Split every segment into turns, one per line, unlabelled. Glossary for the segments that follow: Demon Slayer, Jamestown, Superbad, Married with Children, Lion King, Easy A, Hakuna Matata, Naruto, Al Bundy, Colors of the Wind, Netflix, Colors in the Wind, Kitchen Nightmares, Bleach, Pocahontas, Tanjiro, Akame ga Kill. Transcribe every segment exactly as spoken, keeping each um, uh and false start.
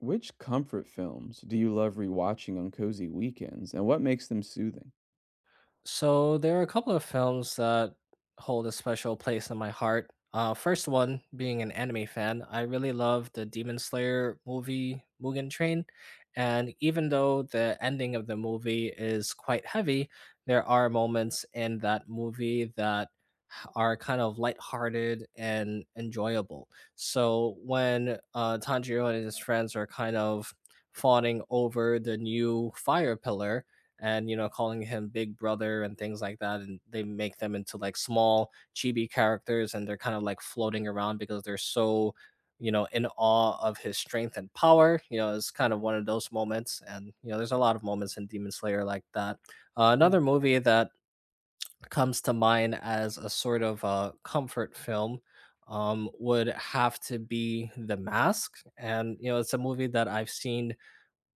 Which comfort films do you love rewatching on cozy weekends, and what makes them soothing?
So there are a couple of films that hold a special place in my heart. Uh, first one, being an anime fan, I really love the Demon Slayer movie Mugen Train, and even though the ending of the movie is quite heavy, there are moments in that movie that are kind of lighthearted and enjoyable. So when uh, Tanjiro and his friends are kind of fawning over the new fire pillar and you know calling him big brother and things like that, and they make them into like small chibi characters, and they're kind of like floating around because they're so, you know, in awe of his strength and power. You know, it's kind of one of those moments, and you know there's a lot of moments in Demon Slayer like that. Uh, another movie that comes to mind as a sort of a comfort film um, would have to be The Mask, and you know it's a movie that I've seen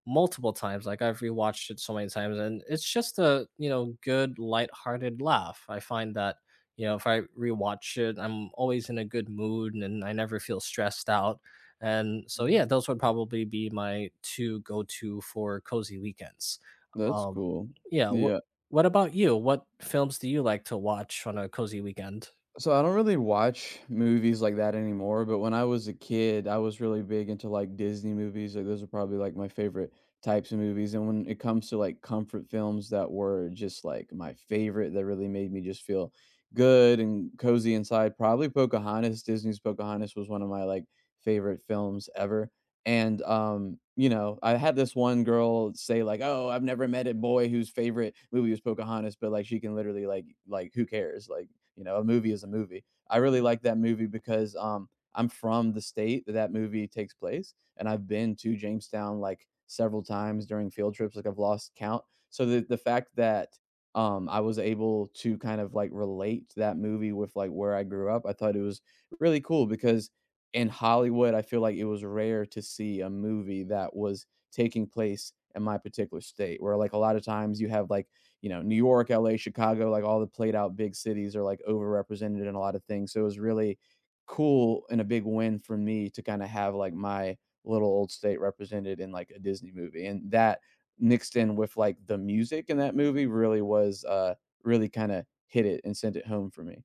multiple times. Like I've rewatched it so many times, and it's just a, you know, good lighthearted laugh. I find that, you know, if I rewatch it, I'm always in a good mood, and I never feel stressed out. And so
Mhm.
yeah, those would probably be my two go-to for cozy weekends.
That's
Um,
cool.
yeah. What
Yeah.
What about you? What films do you like to watch on a cozy weekend?
So I don't really watch movies like that anymore, but when I was a kid, I was really big into like Disney movies. Like those are probably like my favorite types of movies. And when it comes to like comfort films that were just like my favorite that really made me just feel good and cozy inside, probably Pocahontas. Disney's Pocahontas was one of my like favorite films ever. And um, you know, I had this one girl say like, "Oh, I've never met a boy whose favorite movie was Pocahontas," but like she can literally like like who cares? Like you know, a movie is a movie. I really like that movie because um, I'm from the state that that movie takes place, and I've been to Jamestown like several times during field trips. Like I've lost count. So the the fact that um, I was able to kind of like relate that movie with like where I grew up, I thought it was really cool because in Hollywood, I feel like it was rare to see a movie that was taking place in my particular state, where like a lot of times you have like you know, New York, L A, Chicago, like all the played out big cities are like overrepresented in a lot of things. So it was really cool and a big win for me to kind of have like my little old state represented in like a Disney movie. And that mixed in with like the music in that movie really was uh really kind of hit it and sent it home for me.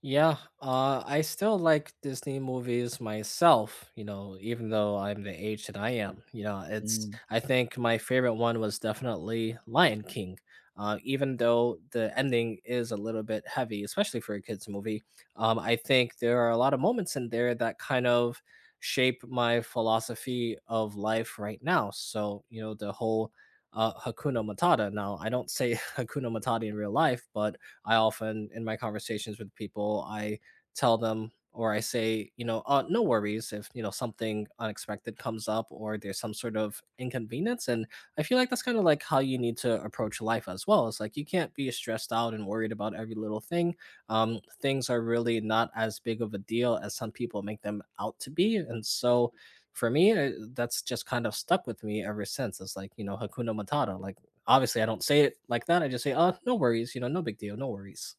Yeah, uh, I still like Disney movies myself, you know, even though I'm the age that I am. You know, it's, I think my favorite one was definitely Lion King. Uh, even though the ending is a little bit heavy, especially for a kids' movie, um, I think there are a lot of moments in there that kind of shape my philosophy of life right now. So, you know, the whole uh, Hakuna Matata. Now, I don't say Hakuna Matata in real life, but I often, in my conversations with people, I tell them, or I say, you know, uh, no worries if, you know, something unexpected comes up or there's some sort of inconvenience. And I feel like that's kind of like how you need to approach life as well. It's like you can't be stressed out and worried about every little thing. Um, things are really not as big of a deal as some people make them out to be. And so for me, I- that's just kind of stuck with me ever since. It's like, you know, Hakuna Matata, like obviously I don't say it like that. I just say, "Oh, no worries. You know, no big deal. No worries."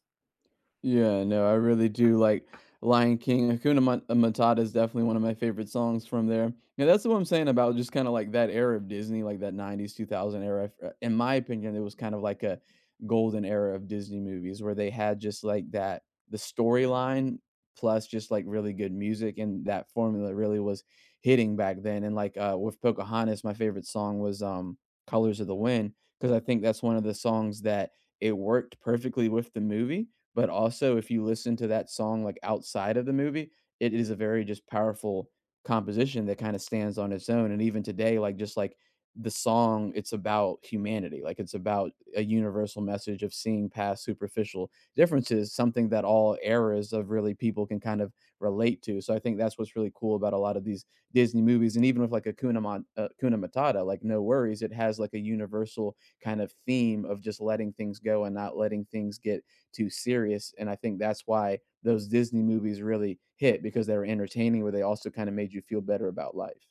Yeah, no, I really do like Lion King. Hakuna Mat- uh, Matata is definitely one of my favorite songs from there. Yeah, that's what I'm saying about just kind of like that era of Disney, like that nineties, two thousand era. I f- uh, In my opinion, it was kind of like a golden era of Disney movies where they had just like that, the storyline plus just like really good music. And that formula really was hitting back then. And like uh, with Pocahontas, my favorite song was um, Colors of the Wind, because I think that's one of the songs that it worked perfectly with the movie, but also, if you listen to that song, like, outside of the movie, it is a very just powerful composition that kinda stands on its own, and even today, like, just, like, the song, it's about humanity, like, it's about a universal message of seeing past superficial differences, something that all eras of really people can kind of relate to, so I think that's what's really cool about a lot of these Disney movies, and even with, like, Hakuna Mat uh, Hakuna Matata, like, no worries, it has, like, a universal kind of theme of just letting things go and not letting things get too serious. And I think that's why those Disney movies really hit because they were entertaining, but they also kind of made you feel better about life.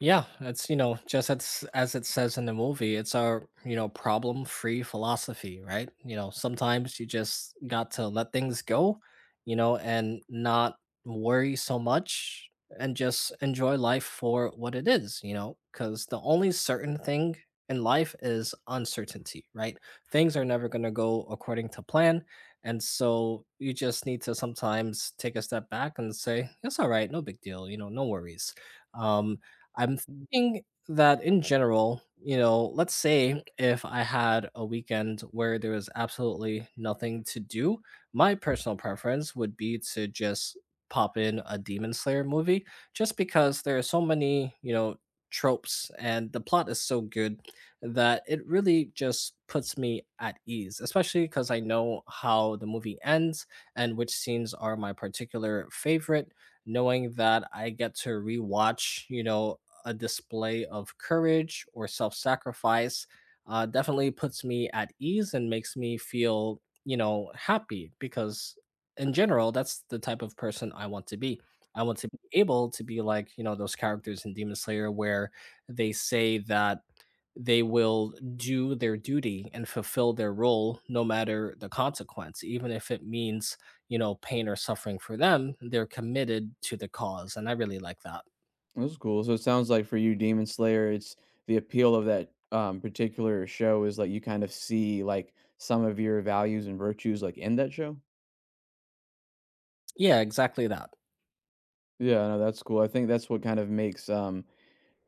Yeah, it's, you know, just as as it says in the movie, it's our, you know, problem free philosophy, right? You know, sometimes you just got to let things go, you know, and not worry so much and just enjoy life for what it is, you know, because the only certain thing in life is uncertainty, right? Things are never going to go according to plan. And so you just need to sometimes take a step back and say, it's all right, no big deal, you know, no worries um I'm thinking that in general, you know, let's say if I had a weekend where there was absolutely nothing to do, my personal preference would be to just pop in a Demon Slayer movie, just because there are so many, you know, tropes and the plot is so good that it really just puts me at ease, especially because I know how the movie ends and which scenes are my particular favorite. Knowing that I get to rewatch, you know, a display of courage or self sacrifice uh, definitely puts me at ease and makes me feel, you know, happy because in general, that's the type of person I want to be. I want to be able to be like, you know, those characters in Demon Slayer where they say that they will do their duty and fulfill their role no matter the consequence, even if it means, you know, pain or suffering for them, they're committed to the cause. And I really like that.
That's cool. So it sounds like for you, Demon Slayer, it's the appeal of that um, particular show is like you kind of see like some of your values and virtues like in that show.
Yeah, exactly that.
Yeah, no, that's cool. I think that's what kind of makes um,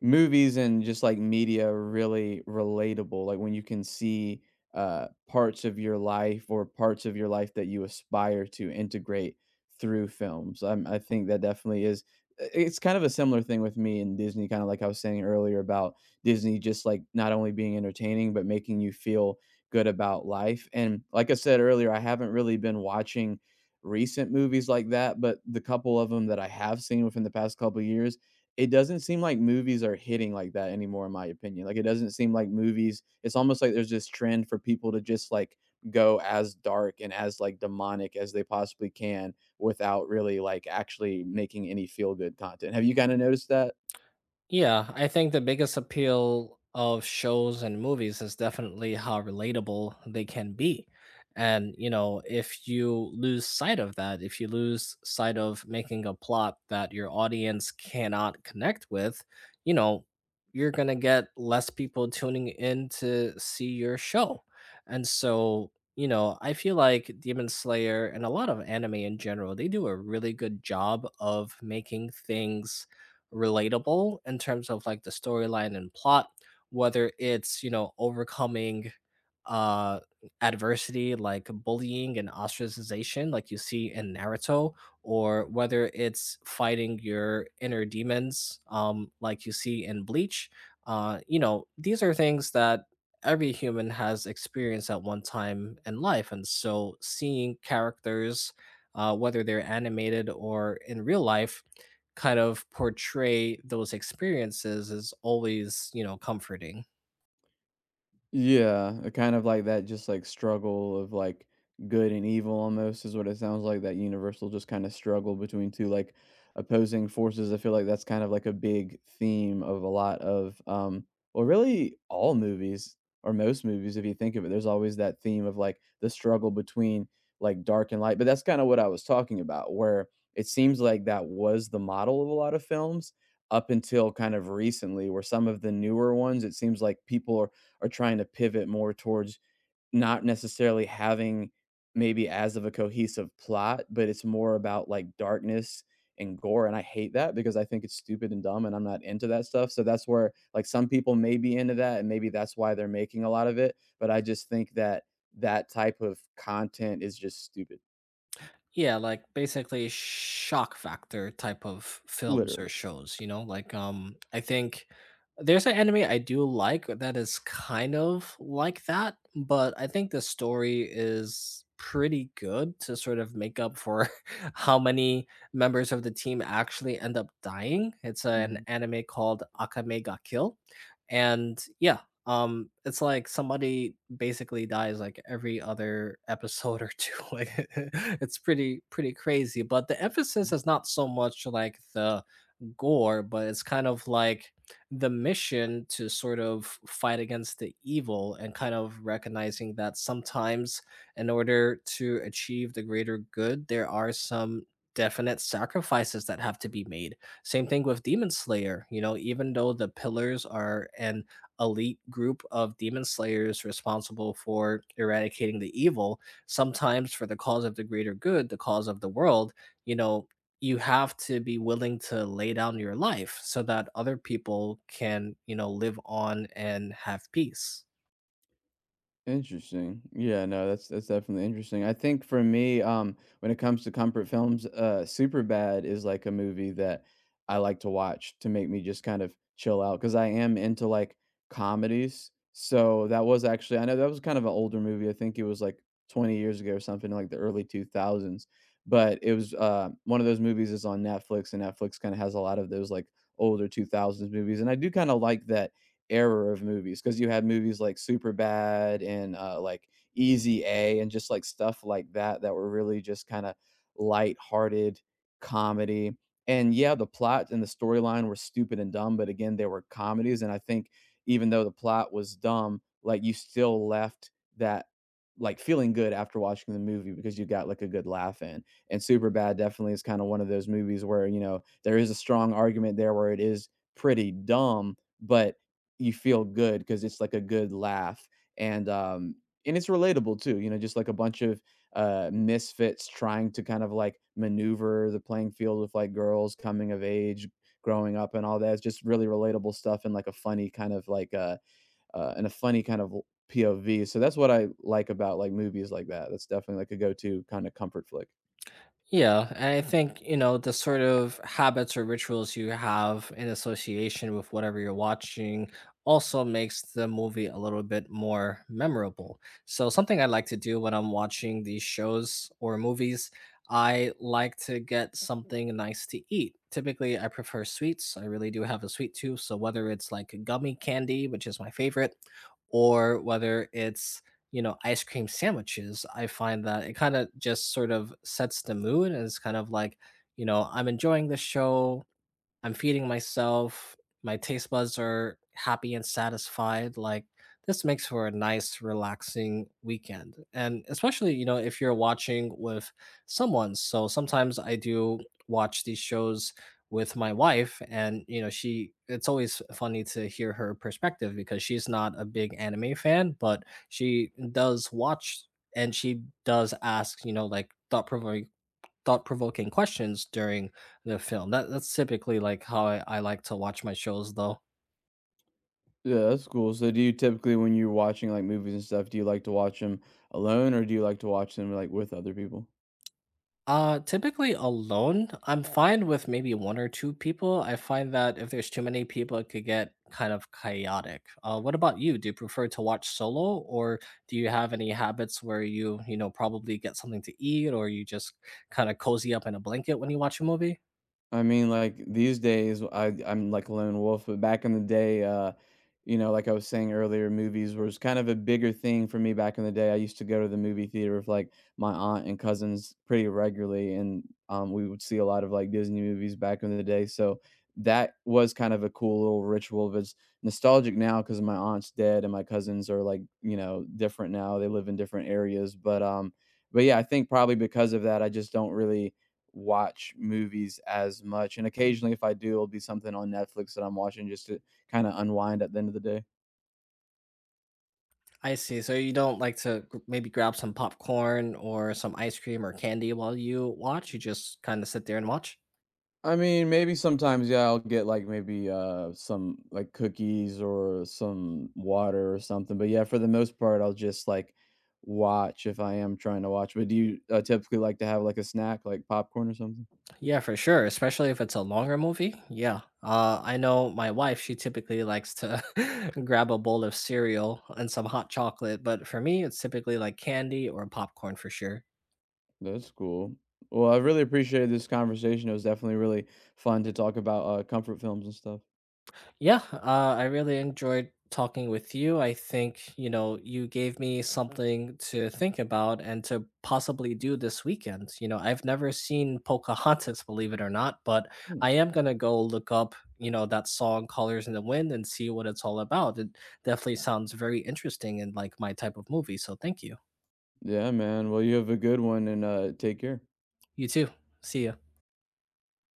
movies and just like media are really relatable like when you can see uh parts of your life or parts of your life that you aspire to integrate through films. I i think that definitely is, i- it's kind of a similar thing with me and Disney, kind of like I was saying earlier about Disney, just like not only being entertaining but making you feel good about life. And like I said earlier, I haven't really been watching recent movies like that, but the couple of them that I have seen within the past couple years, it doesn't seem like movies are hitting like that anymore in my opinion. Like it doesn't seem like movies, it's almost like there's this trend for people to just like go as dark and as like demonic as they possibly can without really like actually making any feel good content. Have you kind of noticed that?
Yeah, I think the biggest appeal of shows and movies is definitely how relatable they can be. And, you know, if you lose sight of that, if you lose sight of making a plot that your audience cannot connect with, you know, you're going to get less people tuning in to see your show. And so, you know, I feel like Demon Slayer and a lot of anime in general, they do a really good job of making things relatable in terms of like the storyline and plot, whether it's, you know, overcoming uh adversity like bullying and ostracization like you see in Naruto, or whether it's fighting your inner demons, um like you see in Bleach. Uh you know, these are things that every human has experienced at one time in life, and so seeing characters, uh, whether they're animated or in real life, kind of portray those experiences is always, you know, comforting.
Yeah, uh, kind of like that just like struggle of like good and evil almost is what it sounds like, that universal just kind of struggle between two like opposing forces. I feel like that's kind of like a big theme of a lot of um well, really all movies or most movies, if you think of it, there's always that theme of like the struggle between like dark and light. But that's kind of what I was talking about where it seems like that was the model of a lot of films up until kind of recently, where some of the newer ones, it seems like people are are trying to pivot more towards not necessarily having maybe as of a cohesive plot, but it's more about like darkness and gore. And I hate that because I think it's stupid and dumb and I'm not into that stuff. So that's where like some people may be into that and maybe that's why they're making a lot of it. But I just think that that type of content is just stupid,
Yeah, like basically shock factor type of films or
literally.
shows, you know? Like um I think there's an anime I do like that is kind of like that, but I think the story is pretty good to sort of make up for how many members of the team actually end up dying. It's an
Mhm.
anime called Akame ga Kill. And yeah, Um, it's like somebody basically dies like every other episode or two. Like it's pretty pretty crazy. But the emphasis is not so much like the gore, but it's kind of like the mission to sort of fight against the evil and kind of recognizing that sometimes in order to achieve the greater good, there are some definite sacrifices that have to be made. Same thing with Demon Slayer, you know, even though the pillars are an elite group of demon slayers responsible for eradicating the evil, sometimes for the cause of the greater good, the cause of the world, you know, you have to be willing to lay down your life so that other people can, you know, live on and have peace.
Interesting. Yeah, no, that's that's definitely interesting. I think for me, um, when it comes to comfort films, uh, Superbad is like a movie that I like to watch to make me just kind of chill out because I am into like comedies. So that was actually, I know that was kind of an older movie. I think it was like twenty years ago or something, like the early two thousands. But it was, uh, one of those movies is on Netflix, and Netflix kind of has a lot of those like older two thousands movies, and I do kind of like that era of movies because you had movies like Superbad and uh, like Easy A and just like stuff like that that were really just kind of light-hearted comedy. And yeah, the plot and the storyline were stupid and dumb, but again, they were comedies, and I think even though the plot was dumb, like you still left that like feeling good after watching the movie because you got like a good laugh in. And Superbad definitely is kind of one of those movies where you know there is a strong argument there where it is pretty dumb, but you feel good because it's like a good laugh. And um and it's relatable too, you know, just like a bunch of uh misfits trying to kind of like maneuver the playing field with like girls, coming of age, growing up and all that. It's just really relatable stuff and like a funny kind of like uh, uh and a funny kind of POV. So that's what I like about like movies like that. That's definitely like a go-to kind of comfort flick.
Yeah, and I think, you know, the sort of habits or rituals you have in association with whatever you're watching also makes the movie a little bit more memorable. So, something I like to do when I'm watching these shows or movies, I like to get something nice to eat. Typically, I prefer sweets. I really do have a sweet tooth. So, whether it's like gummy candy, which is my favorite, or whether it's, you know, ice cream sandwiches, I find that it kind of just sort of sets the mood, and it's kind of like, you know, I'm enjoying the show. I'm feeding myself. My taste buds are happy and satisfied. Like this makes for a nice, relaxing weekend. And especially, you know, if you're watching with someone. So sometimes I do watch these shows with my wife, and you know she, it's always funny to hear her perspective because she's not a big anime fan, but she does watch, and she does ask, you know, like thought-provoking thought provoking questions during the film. That that's typically like how I, I like to watch my shows though.
Yeah, that's cool. So do you typically, when you're watching like movies and stuff, do you like to watch them alone, or do you like to watch them like with other people?
Uh typically alone. I'm fine with maybe one or two people. I find that if there's too many people it could get kind of chaotic. Uh what about you? Do you prefer to watch solo, or do you have any habits where you, you know, probably get something to eat or you just kind of cozy up in a blanket when you watch a movie?
I mean, like, these days, I I'm like a lone wolf, but back in the day, uh, you know, like I was saying earlier, movies was kind of a bigger thing for me back in the day. I used to go to the movie theater with like my aunt and cousins pretty regularly, and um, we would see a lot of like Disney movies back in the day. So that was kind of a cool little ritual. But it's nostalgic now because my aunt's dead and my cousins are like, you know, different now. They live in different areas, but um, but yeah, I think probably because of that, I just don't really watch movies as much. And occasionally, if I do, it'll be something on Netflix that I'm watching just to kind of unwind at the end of the day.
I see. So you don't like to g- maybe grab some popcorn or some ice cream or candy while you watch. You just kind of sit there and watch.
I mean, maybe sometimes, yeah, I'll get like maybe uh some like cookies or some water or something. But yeah, for the most part, I'll just like watch if I am trying to watch. But do you uh, typically like to have like a snack, like popcorn or something?
Yeah, for sure. Especially if it's a longer movie. Yeah. Uh, I know my wife, she typically likes to grab a bowl of cereal and some hot chocolate. But for me, it's typically like candy or popcorn for sure.
That's cool. Well, I really appreciated this conversation. It was definitely really fun to talk about uh, comfort films and stuff.
Yeah, uh, I really enjoyed talking with you. I think, you know, you gave me something to think about and to possibly do this weekend. You know, I've never seen Pocahontas, believe it or not, but
Yeah.
I am going to go look up, you know, that song Colors in the Wind and see what it's all about. It definitely sounds very interesting and like my type of movie. So thank you.
Yeah, man. Well, you have a good one and uh, take care.
You too. See ya.